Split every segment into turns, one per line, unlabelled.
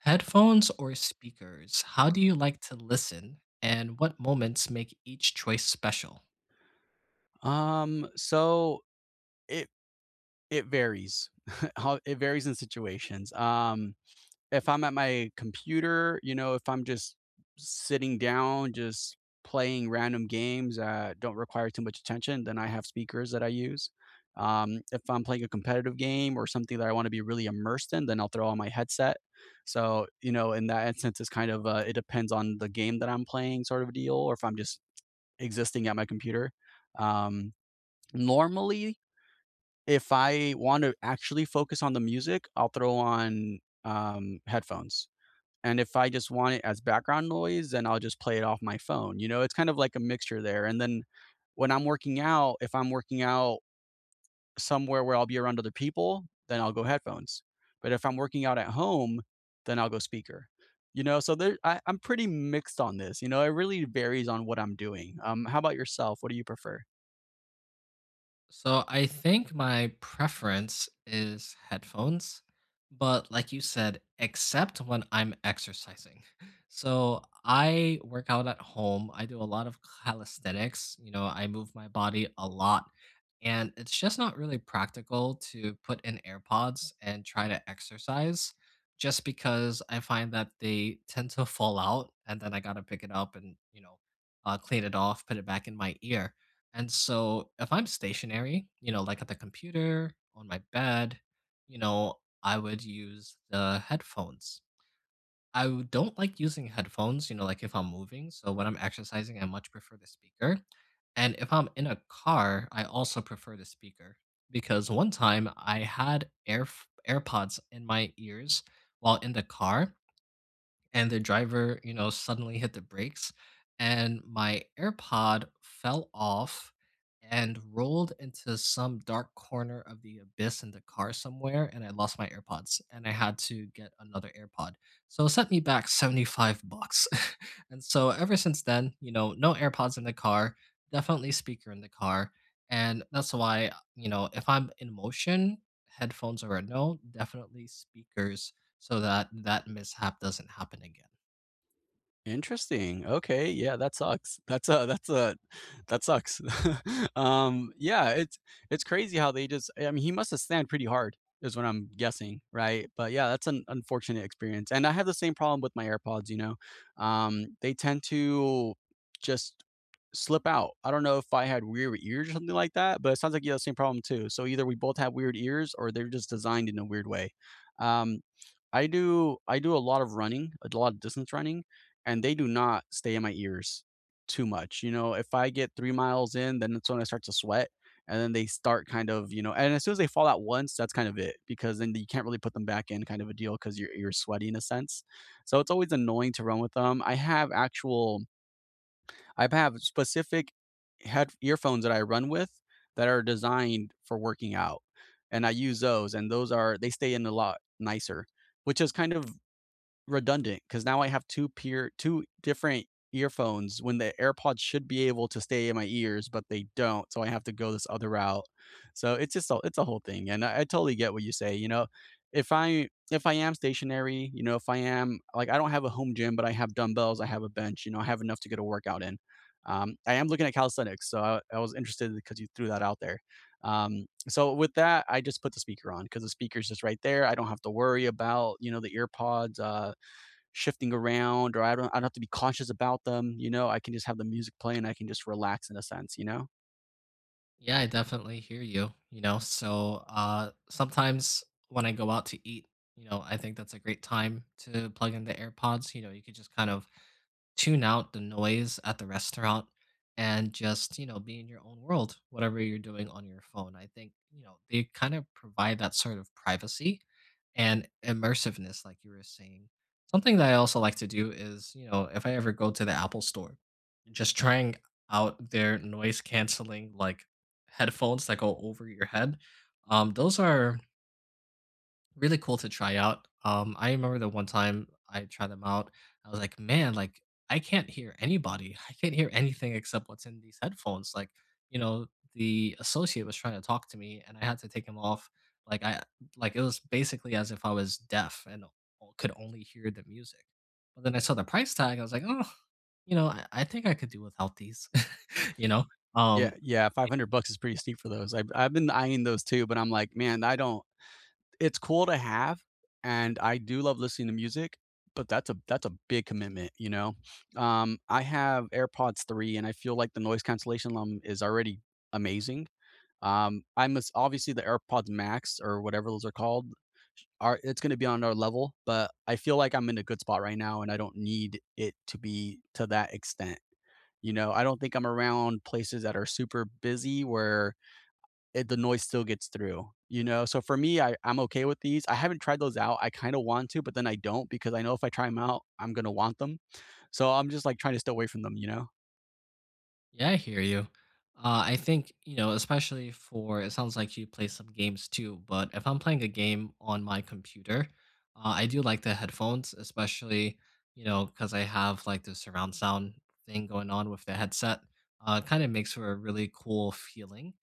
Headphones or speakers? How do you like to listen? And what moments make each choice special?
So it it varies. How it varies in situations. If I'm at my computer, you know, if I'm just sitting down, just playing random games that don't require too much attention, then I have speakers that I use. If I'm playing a competitive game or something that I want to be really immersed in, then I'll throw on my headset. So, you know, in that instance, it's kind of it depends on the game that I'm playing, sort of a deal, or if I'm just existing at my computer. Um, Normally, if I want to actually focus on the music, I'll throw on headphones. And if I just want it as background noise, then I'll just play it off my phone. You know, it's kind of like a mixture there. And then when I'm working out, if I'm working out somewhere where I'll be around other people, then I'll go headphones. But if I'm working out at home, then I'll go speaker. You know, so there I'm pretty mixed on this. You know, it really varies on what I'm doing. How about yourself? What do you prefer?
So I think my preference is headphones, but like you said, except when I'm exercising. So I work out at home. I do a lot of calisthenics. You know, I move my body a lot. And it's just not really practical to put in AirPods and try to exercise just because I find that they tend to fall out and then I got to pick it up and, clean it off, put it back in my ear. And so if I'm stationary, you know, like at the computer, on my bed, you know, I would use the headphones. Don't like using headphones, you know, like if I'm moving. So when I'm exercising, I much prefer the speaker. And if I'm in a car, I also prefer the speaker because one time I had AirPods in my ears while in the car and the driver, you know, suddenly hit the brakes and my AirPod fell off and rolled into some dark corner of the abyss in the car somewhere and I lost my AirPods and I had to get another AirPod. So it sent me back 75 bucks... actually just. And so ever since then, you know, no AirPods in the car, definitely speaker in the car. And that's why, you know, if I'm in motion, headphones are a no, definitely speakers so that mishap doesn't happen again.
Interesting. Okay, yeah, that sucks. That's a that sucks. Yeah, it's crazy how they just, I mean, he must have slammed pretty hard is what I'm guessing, right? But yeah, that's an unfortunate experience, and I have the same problem with my AirPods, you know? They tend to just slip out. I don't know if I had weird ears or something like that, but it sounds like you have the same problem too. So either we both have weird ears or they're just designed in a weird way. Um, I do a lot of running, a lot of distance running, and they do not stay in my ears too much. You know, if I get 3 miles in, then that's when I start to sweat. And then they start kind of, you know, and as soon as they fall out once, that's kind of it because then you can't really put them back in, kind of a deal because you're sweaty in a sense. So it's always annoying to run with them. I have actual, I have specific head earphones that I run with that are designed for working out, and I use those, and those are they stay in a lot nicer, which is kind of redundant, because now I have 2 peer 2 different earphones when the AirPods should be able to stay in my ears, but they don't, so I have to go this other route. So it's just a it's a whole thing, and I totally get what you say, you know? If I am stationary, you know, if I am like, I don't have a home gym, but I have dumbbells, I have a bench, you know, I have enough to get a workout in. I am looking at calisthenics, so I was interested because you threw that out there. So with that, I just put the speaker on because the speaker's just right there. I don't have to worry about, you know, the ear pods, shifting around or I don't have to be conscious about them, you know? I can just have the music play and I can just relax in a sense, you know?
Yeah, I definitely hear you. So sometimes when I go out to eat, you know, I think that's a great time to plug in the AirPods. You know, you could just kind of tune out the noise at the restaurant and just, you know, be in your own world, whatever you're doing on your phone. I think, you know, they kind of provide that sort of privacy and immersiveness, like you were saying. Something that I also like to do is, you know, if I ever go to the Apple store, just trying out their noise canceling like headphones that go over your head. Those are really cool to try out. I remember the one time I tried them out, I was like, man, like I can't hear anybody. I can't hear anything except what's in these headphones. Like, you know, the associate was trying to talk to me and I had to take him off. Like I like it was basically as if I was deaf and could only hear the music. But then I saw the price tag, I was like, oh, you know, I think I could do without these, you know.
Yeah,
Um
yeah, 500 bucks is pretty steep for those. I've been eyeing those too, but I'm like, "Man, I don't," it's cool to have, and I do love listening to music, but that's a big commitment, you know? I have AirPods 3 and I feel like the noise cancellation on 'em is already amazing. I'm as obviously the AirPods Max or whatever those are called are, it's gonna be on our level, but I feel like I'm in a good spot right now, and I don't need it to be to that extent, you know? I don't think I'm around places that are super busy where it the noise still gets through, you know? So for me, I'm okay with these. I haven't tried those out. I kinda want to, but then I don't because I know if I try them out, I'm gonna want them. So I'm just, like, trying to stay away from them, you know?
Yeah, I hear you. I think, you know, especially for it sounds like you play some games too, but if I'm playing a game on my computer, I do like the headphones, especially, you know, because I have like the surround sound thing going on with the headset. Kind of makes for a really cool feeling.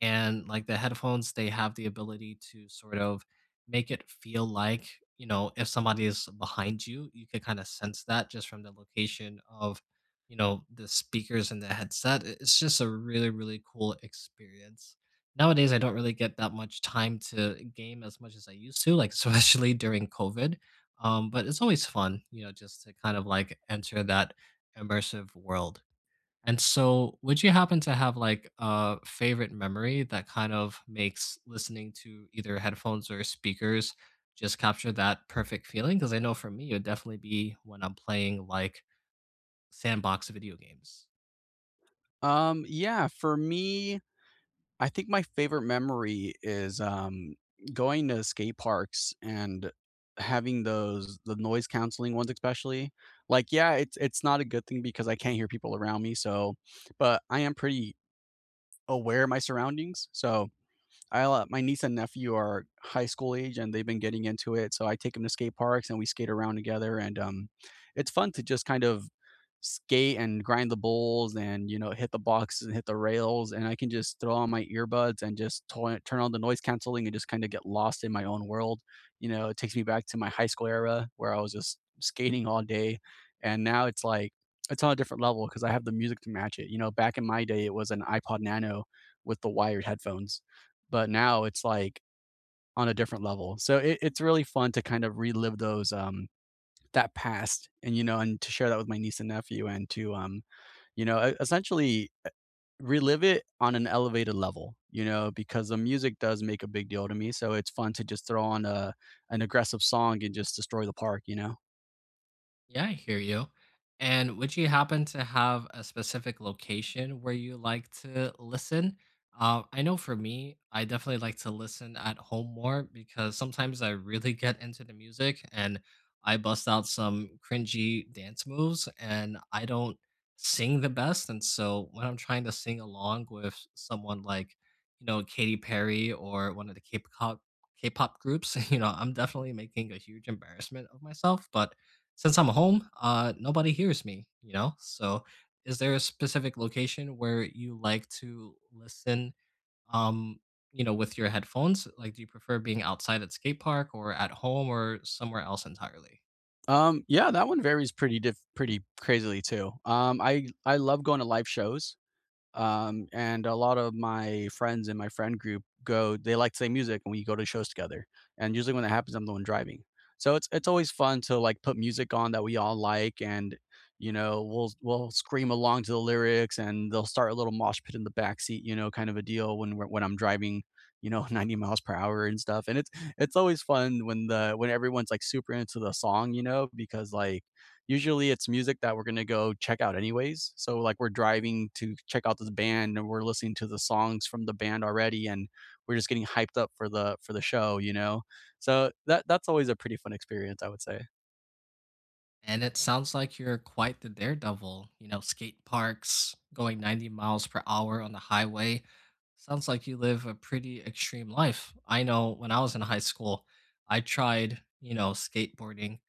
And like the headphones, they have the ability to sort of make it feel like, you know, if somebody is behind you, you could kind of sense that just from the location of you know, the speakers and the headset. I It's just a really, really cool experience. Nowadays, I don't really get that much time to game as much as I used to, like, especially during COVID, but it's always fun, you know, just to kind of, like, enter that immersive world. And so would you happen to have, like, a favorite memory that kind of makes listening to either headphones or speakers just capture that perfect feeling? Because I know for me, it would definitely be when I'm playing, like, sandbox video games.
Yeah, for me I think my favorite memory is, going to skate parks and having those the noise canceling ones especially. Like, yeah, it's not a good thing because I can't hear people around me, so but I am pretty aware of my surroundings, so I let my niece and nephew are high school age and they've been getting into it. So I take them to skate parks and we skate around together. And it's fun to just kind of skate and grind the bowls and you know hit the boxes and hit the rails. And I can just throw on my earbuds and just turn on the noise canceling and just kind of get lost in my own world. You know, it takes me back to my high school era where I was just skating all day. And now it's like it's on a different level because I have the music to match it. You know, back in my day, it was an iPod Nano with the wired headphones but now it's like on a different level. So it's really fun to kind of relive those that past and you know and to share that with my niece and nephew and to you know essentially relive it on an elevated level you know because the music does make a big deal to me so it's fun to just throw on a an aggressive song and just destroy the park you know.
Yeah, I hear you. And would you happen to have a specific location where you like to listen? I know for me, I definitely like to listen at home more because sometimes I really get into the music and I bust out some cringy dance moves and I don't sing the best. And so when I'm trying to sing along with someone like, you know, Katy Perry or one of the K-pop groups, you know, I'm definitely making a huge embarrassment of myself, but since I'm home, nobody hears me, you know? So is there a specific location where you like to listen, um, with your headphones? Like, do you prefer being outside at skate park or at home or somewhere else entirely?
Yeah that one varies pretty pretty crazily too. I love going to live shows. And a lot of my friends in my friend group go, they like the same music and we go to shows together. And usually when that happens, I'm the one driving. So it's always fun to like put music on that we all like and you know, we'll scream along to the lyrics and they'll start a little mosh pit in the back seat, you know, kind of a deal when we're when I'm driving, you know, 90 miles per hour and stuff. And it's always fun when the when everyone's like super into the song, you know, because like usually it's music that we're going to go check out anyways. So like we're driving to check out this band and we're listening to the songs from the band already and we're just getting hyped up for the show, you know. So that's always a pretty fun experience, I would say.
And it sounds like you're quite the daredevil, you know, skate parks, going 90 miles per hour on the highway. Sounds like you live a pretty extreme life. I know when I was in high school, I tried, you know, skateboarding.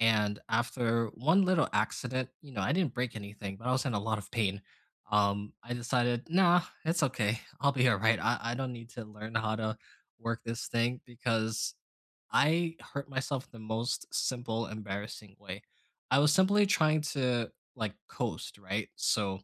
And after one little accident, you know, I didn't break anything, but I was in a lot of pain. I decided, nah, it's okay. I'll be all right. I don't need to learn how to work this thing because I hurt myself in the most simple, embarrassing way. I was simply trying to like coast, right? So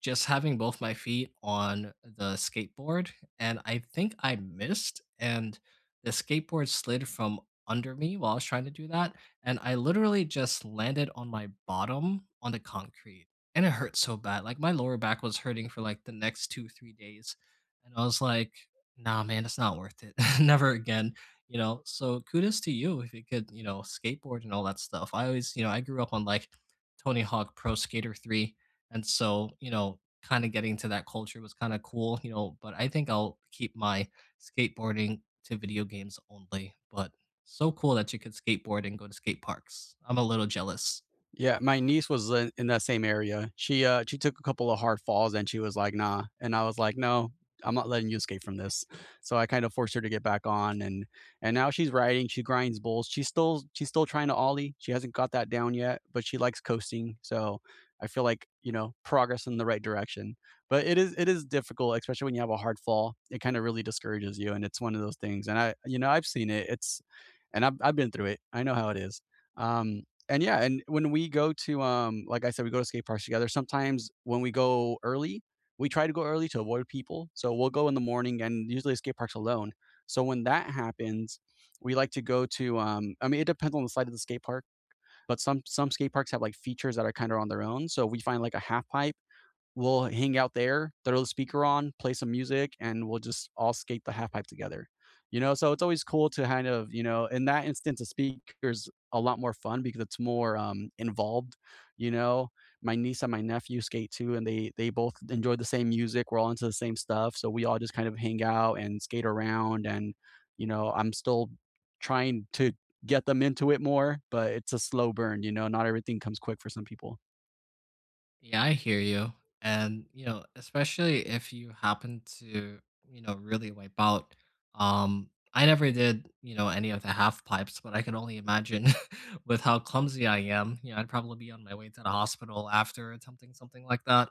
just having both my feet on the skateboard, and I think I missed, and the skateboard slid from under me while I was trying to do that. And I literally just landed on my bottom on the concrete. And it hurt so bad. Like my lower back was hurting for like the next two, 3 days. And I was like, nah, man, it's not worth it. Never again you know. So kudos to you if you could you know skateboard and all that stuff. I always you know I grew up on like Tony Hawk Pro Skater 3, and so you know kind of getting to that culture was kind of cool you know, but I think I'll keep my skateboarding to video games only. But so cool that you could skateboard and go to skate parks. I'm a little jealous.
Yeah, my niece was in that same area. She took a couple of hard falls and she was like, "Nah," and I was like, "No, I'm not letting you escape from this." So I kind of forced her to get back on and now she's riding, she grinds bulls. She's still trying to ollie. She hasn't got that down yet, but she likes coasting. So I feel like, you know, progress in the right direction. But it is difficult, especially when you have a hard fall. It kind of really discourages you and it's one of those things. And I you know, I've seen it. It's and I've been through it. I know how it is. Um and yeah, and when we go to like I said, we go to skate parks together. Sometimes when we go early, we try to go early to avoid people. So we'll go in the morning, and usually the skate park's alone. So when that happens, we like to go to. I mean, it depends on the side of the skate park, but some skate parks have like features that are kind of on their own. So we find like a half pipe, we'll hang out there, throw the speaker on, play some music, and we'll just all skate the half pipe together. You know, so it's always cool to kind of, you know, in that instance, a speaker's a lot more fun because it's more involved. You know, my niece and my nephew skate too, and they both enjoy the same music. We're all into the same stuff, so we all just kind of hang out and skate around. And you know, I'm still trying to get them into it more, but it's a slow burn. You know, not everything comes quick for some people.
Yeah, I hear you. And, you know, especially if you happen to, you know, really wipe out. I never did, you know, any of the half pipes, but I can only imagine with how clumsy I am. You know, I'd probably be on my way to the hospital after attempting something like that.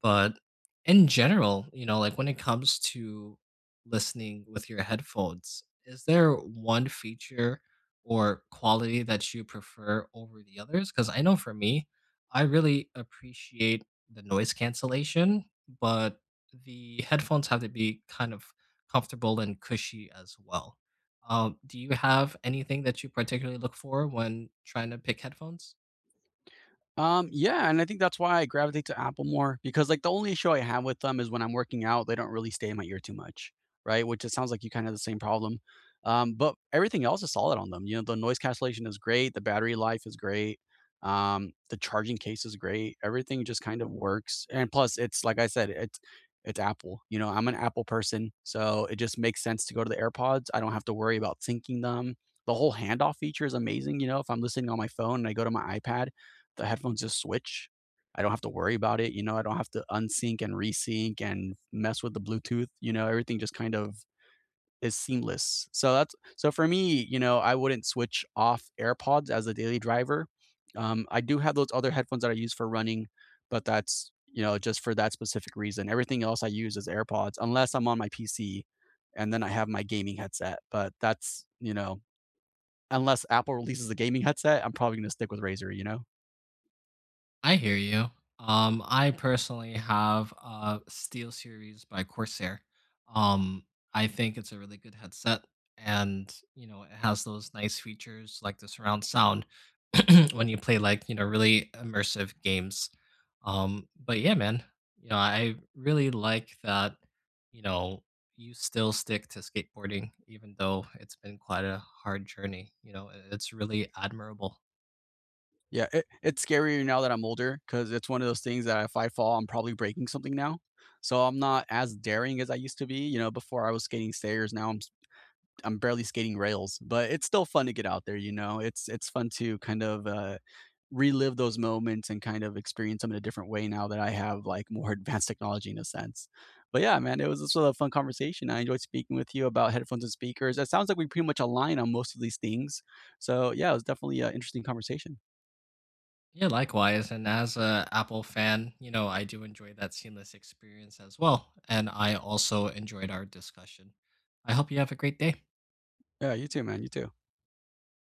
But in general, you know, like when it comes to listening with your headphones, is there one feature or quality that you prefer over the others? Because I know for me, I really appreciate the noise cancellation, but the headphones have to be kind of comfortable and cushy as well. Do you have anything that you particularly look for when trying to pick headphones?
Yeah, and I think that's why I gravitate to Apple more because like the only issue I have with them is when I'm working out, they don't really stay in my ear too much, right? Which it sounds like you kind of have the same problem. But everything else is solid on them. You know, the noise cancellation is great, the battery life is great, the charging case is great. Everything just kind of works. And plus, it's like I said, it's Apple. You know, I'm an Apple person, so it just makes sense to go to the AirPods. I don't have to worry about syncing them. The whole handoff feature is amazing. You know, if I'm listening on my phone and I go to my iPad, the headphones just switch. I don't have to worry about it. You know, I don't have to unsync and resync and mess with the Bluetooth. You know, everything just kind of is seamless. So that's so for me, you know, I wouldn't switch off AirPods as a daily driver. I do have those other headphones that I use for running, but that's you know just for that specific reason. Everything else I use is AirPods, unless I'm on my PC, and then I have my gaming headset. But that's you know unless Apple releases a gaming headset, I'm probably gonna stick with Razer. You know.
I hear you. I personally have a Steel Series by Corsair. Um, I think it's a really good headset, and you know it has those nice features like the surround sound when you play like you know really immersive games. But yeah, man, you know I really like that. You know you still stick to skateboarding even though it's been quite a hard journey. It's really admirable.
Yeah, it's scarier now that I'm older because it's one of those things that if I fall, I'm probably breaking something now. So I'm not as daring as I used to be. You know, before I was skating stairs, now I'm barely skating rails, but it's still fun to get out there, you know? It's fun to kind of, relive those moments and kind of experience them in a different way now that I have, like, more advanced technology in a sense. But yeah, man, it was just a fun conversation. I enjoyed speaking with you about headphones and speakers. It sounds like we pretty much align on most of these things. So, yeah, it was definitely an interesting conversation.
Yeah, likewise. And as a Apple fan, you know, I do enjoy that seamless experience as well. And I also enjoyed our discussion. I hope you have a great day.
Yeah, you too, man. You too.